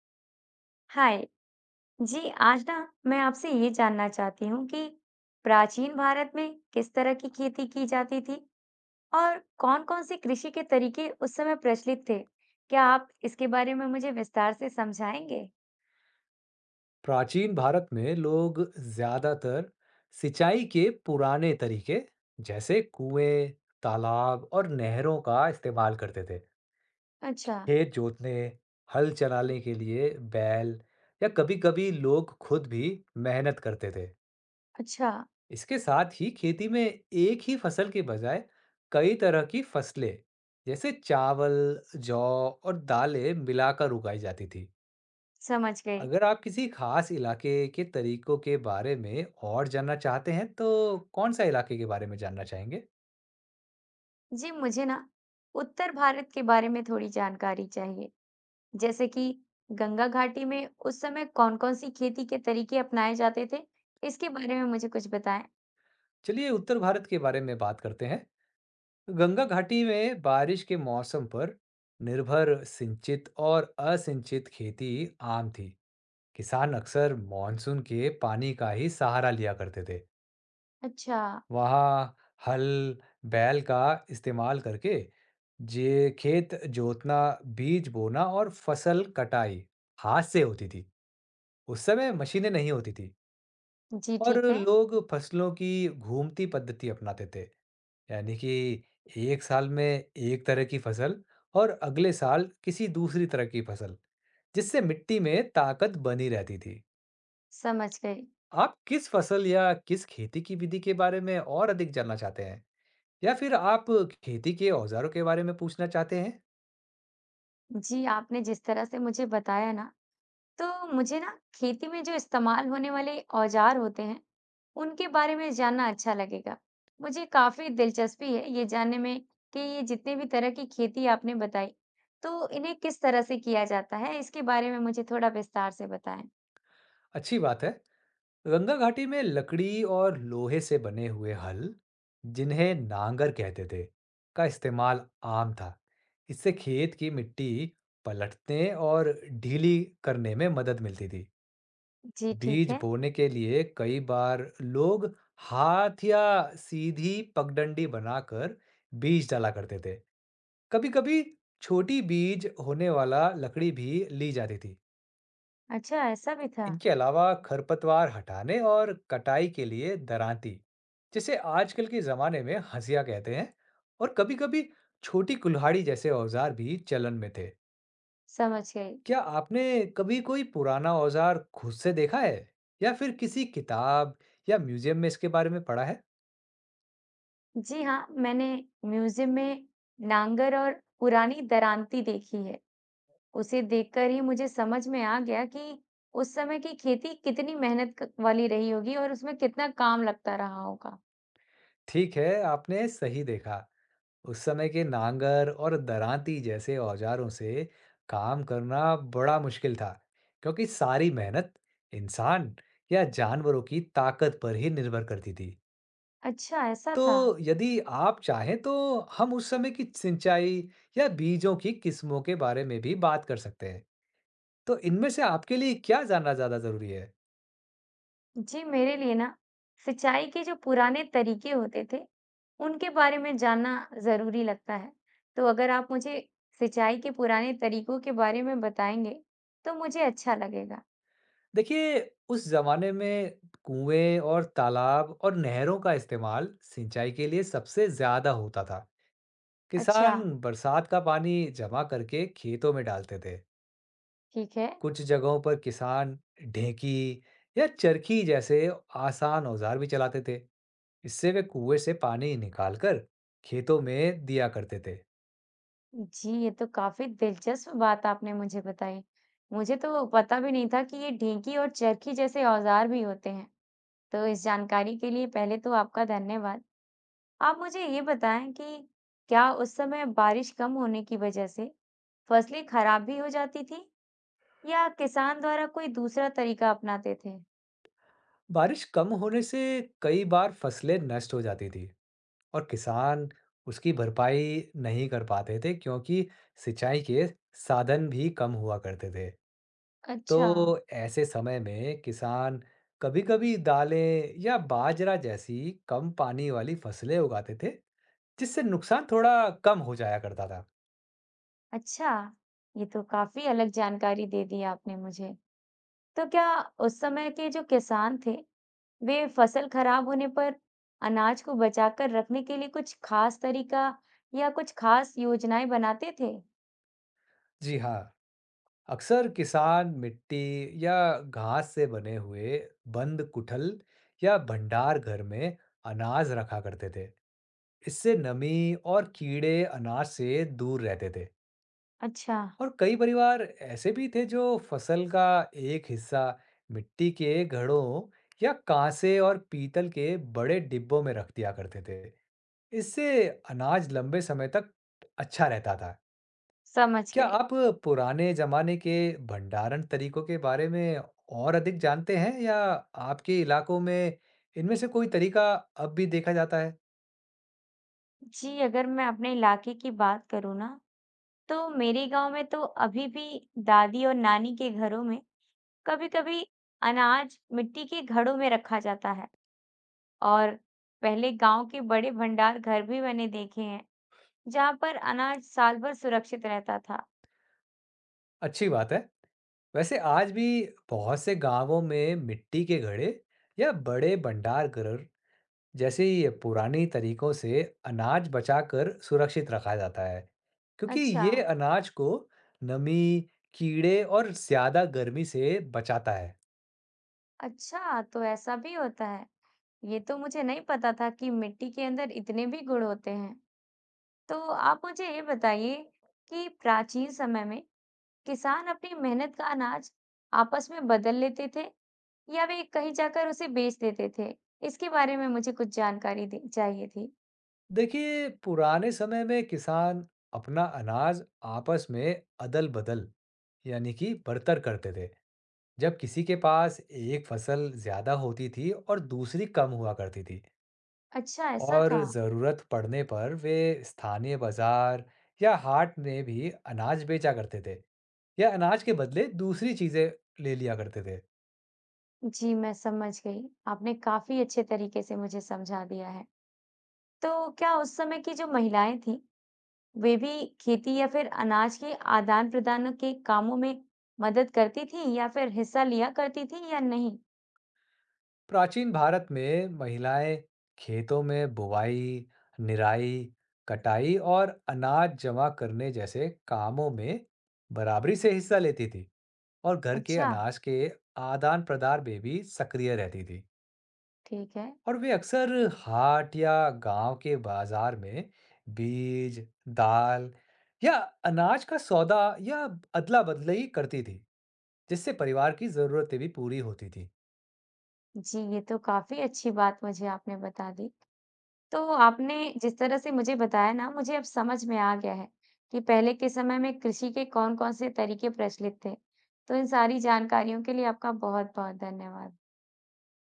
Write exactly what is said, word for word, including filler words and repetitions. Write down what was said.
हाय जी। आज ना मैं आपसे ये जानना चाहती हूँ कि प्राचीन भारत में किस तरह की खेती की जाती थी और कौन-कौन से कृषि के तरीके उस समय प्रचलित थे। क्या आप इसके बारे में मुझे विस्तार से समझाएंगे? प्राचीन भारत में लोग ज्यादातर सिंचाई के पुराने तरीके जैसे कुएं, तालाब और नहरों का इस्तेमाल करते थे। अच्छा। खेत जोतने, हल चलाने के लिए बैल या कभी-कभी लोग खुद भी मेहनत करते थे। अच्छा, इसके साथ ही खेती में एक ही फसल के बजाय कई तरह की फसलें जैसे चावल, जौ और दालें मिलाकर उगाई जाती थी। समझ गए। अगर आप किसी खास इलाके के तरीकों के बारे में और जानना चाहते हैं, तो कौन-सा इलाके के बारे में जानना चाहेंगे? जी मुझे ना उत्तर भारत के बारे में थोड़ी जानकारी चाहिए, जैसे कि गंगा घाटी में उस समय कौन-कौन सी खेती के तरीके अपनाए जाते थे, इसके बारे में मुझे कुछ बताएं। चलिए, उत्तर भारत के बारे में बात करते हैं। गंगा घाटी में बारिश के मौसम पर निर्भर सिंचित और असिंचित खेती आम थी। किसान अक्सर मानसून के पानी का ही सहारा लिया करते थे। अच्छा। वहाँ हल, बैल का इस्तेमाल करके जे खेत जोतना, बीज बोना और फसल कटाई हाथ से होती थी। उस समय मशीनें नहीं होती थी, जी और ठीक है। लोग फसलों की घूमती पद्धति अपनाते थे, यानी कि एक साल में एक तरह की फसल और अगले साल किसी दूसरी तरह की फसल, जिससे मिट्टी में ताकत बनी रहती थी। समझ गई। आप किस फसल या किस खेती की विधि के बारे में और अधिक जानना चाहते हैं, या फिर आप खेती के औजारों के बारे में पूछना चाहते हैं? जी, आपने जिस तरह से मुझे बताया ना, तो मुझे ना खेती में जो इस्तेमाल होने वाले औज़ार होते हैं, उनके बारे में जानना अच्छा लगेगा। मुझे काफ़ी दिलचस्पी है ये जानने में कि ये जितने भी तरह की खेती आपने बताई, तो इन्हें किस तरह से किया जाता है, इसके बारे में मुझे थोड़ा विस्तार से बताएँ। अच्छी बात है। गंगा घाटी में लकड़ी और लोहे से बने हुए हल, जिन्हें नांगर कहते थे, का इस्तेमाल आम था। इससे खेत की मिट्टी पलटने और ढीली करने में मदद मिलती थी। जी, ठीक बीज है। बोने के लिए कई बार लोग हाथ या सीधी पगडंडी बनाकर बीज डाला करते थे। कभी-कभी छोटी बीज होने वाला लकड़ी भी ली जाती थी। अच्छा, ऐसा भी था। इनके अलावा खरपतवार हटाने और कटाई के लिए दरांती, जिसे आजकल के ज़माने में हंसिया कहते हैं, और कभी-कभी छोटी कुल्हाड़ी जैसे औजार भी चलन में थे। समझ गई। क्या आपने कभी कोई पुराना औजार खुद से देखा है, या फिर किसी किताब या म्यूजियम में इसके बारे में पढ़ा है? जी हाँ, मैंने म्यूज़ियम में नांगर और पुरानी दरांती देखी है। उसे देखकर ही मुझे समझ में आ गया कि उस समय की खेती कितनी मेहनत क- वाली रही होगी और उसमें कितना काम लगता रहा होगा। ठीक है, आपने सही देखा। उस समय के नांगर और दरांती जैसे औजारों से काम करना बड़ा मुश्किल था, क्योंकि सारी मेहनत इंसान या जानवरों की ताकत पर ही निर्भर करती थी। अच्छा, ऐसा था। तो यदि आप चाहें, तो हम उस समय की सिंचाई या बीजों की किस्मों के बारे में भी बात कर सकते हैं। तो इनमें से आपके लिए क्या जानना ज़्यादा ज़रूरी है? जी, मेरे लिए ना सिंचाई के जो पुराने तरीके होते थे, उनके बारे में जानना जरूरी लगता है। तो अगर आप मुझे सिंचाई के पुराने तरीकों के बारे में बताएंगे, तो मुझे अच्छा लगेगा। देखिए, उस जमाने में कुएं और तालाब और नहरों का इस्तेमाल सिंचाई के लिए सबसे ज़्यादा होता था। अच्छा, किसान बरसात का पानी जमा करके खेतों में डालते थे। ठीक है। कुछ जगहों पर किसान ढेंकी या चरखी जैसे आसान औजार भी चलाते थे। इससे वे कुएं से पानी निकालकर खेतों में दिया करते थे। जी, ये तो काफ़ी दिलचस्प बात आपने मुझे बताई। मुझे तो पता भी नहीं था कि ये ढेंकी और चरखी जैसे औज़ार भी होते हैं। तो इस जानकारी के लिए पहले तो आपका धन्यवाद। आप मुझे ये बताएँ कि क्या उस समय बारिश कम होने की वजह से फसलें खराब भी हो जाती थीं या किसान द्वारा कोई दूसरा तरीका अपनाते थे? बारिश कम होने से कई बार फसलें नष्ट हो जाती थी, और किसान उसकी भरपाई नहीं कर पाते थे, क्योंकि सिंचाई के साधन भी कम हुआ करते थे। अच्छा, तो ऐसे समय में किसान कभी-कभी दालें या बाजरा जैसी कम पानी वाली फसलें उगाते थे, जिससे नुकसान थोड़ा कम हो जाया करता था। अच्छा। ये तो काफ़ी अलग जानकारी दे दी आपने मुझे। तो क्या उस समय के जो किसान थे, वे फसल खराब होने पर अनाज को बचाकर रखने के लिए कुछ खास तरीका या कुछ खास योजनाएं बनाते थे? जी हाँ, अक्सर किसान मिट्टी या घास से बने हुए बंद कुठल या भंडार घर में अनाज रखा करते थे। इससे नमी और कीड़े अनाज से दूर रहते थे। अच्छा, और कई परिवार ऐसे भी थे, जो फसल का एक हिस्सा मिट्टी के घड़ों या कांसे और पीतल के बड़े डिब्बों में रख दिया करते थे। इससे अनाज लंबे समय तक अच्छा रहता था। समझ क्या गए। आप पुराने जमाने के भंडारण तरीकों के बारे में और अधिक जानते हैं, या आपके इलाकों में इनमें से कोई तरीका अब भी देखा जाता है? जी अगर मैं अपने इलाके की बात करूँ ना, तो मेरे गांव में तो अभी भी दादी और नानी के घरों में कभी-कभी अनाज मिट्टी के घड़ों में रखा जाता है और पहले गांव के बड़े भंडार घर भी मैंने देखे हैं जहां पर अनाज साल भर सुरक्षित रहता था। अच्छी बात है। वैसे आज भी बहुत से गांवों में मिट्टी के घड़े या बड़े भंडार घर जैसे ये पुराने तरीकों से अनाज बचाकर सुरक्षित रखा जाता है, क्योंकि अच्छा। ये अनाज को नमी, कीड़े और ज्यादा गर्मी से बचाता है। अच्छा, तो ऐसा भी होता है। ये तो मुझे नहीं पता था कि मिट्टी के अंदर इतने भी गुण होते हैं। तो आप मुझे ये बताइए कि प्राचीन समय में किसान अपनी मेहनत का अनाज आपस में बदल लेते थे या वे कहीं जाकर उसे बेच देते थे? इसके बारे में मुझे कुछ जानकारी दे- चाहिए थी। देखिए, पुराने समय में किसान अपना अनाज आपस में अदल-बदल, यानी कि बर्तर करते थे, जब किसी के पास एक फसल ज्यादा होती थी और दूसरी कम हुआ करती थी। अच्छा, ऐसा और था। जरूरत पड़ने पर वे स्थानीय बाजार या हाट में भी अनाज बेचा करते थे, या अनाज के बदले दूसरी चीजें ले लिया करते थे। जी, मैं समझ गई। आपने काफी अच्छे तरीके से मुझे समझा दिया है। तो क्या उस समय की जो महिलाएं थीं, वे भी खेती या फिर अनाज के आदान-प्रदान के कामों में मदद करती थीं या फिर हिस्सा लिया करती थीं या नहीं? प्राचीन भारत में महिलाएं खेतों में बुवाई, निराई, कटाई और अनाज जमा करने जैसे कामों में बराबरी से हिस्सा लेती थी, और घर के अच्छा, अनाज के आदान-प्रदान में भी सक्रिय रहती थी। ठीक है। और वे अक्सर हाट या गांव के बाजार में बीज, दाल या अनाज का सौदा या अदला-बदली करती थी, जिससे परिवार की ज़रूरतें भी पूरी होती थी। जी, ये तो काफ़ी अच्छी बात मुझे आपने बता दी। तो आपने जिस तरह से मुझे बताया ना, मुझे अब समझ में आ गया है कि पहले के समय में कृषि के कौन-कौन से तरीके प्रचलित थे। तो इन सारी जानकारियों के लिए आपका बहुत-बहुत धन्यवाद।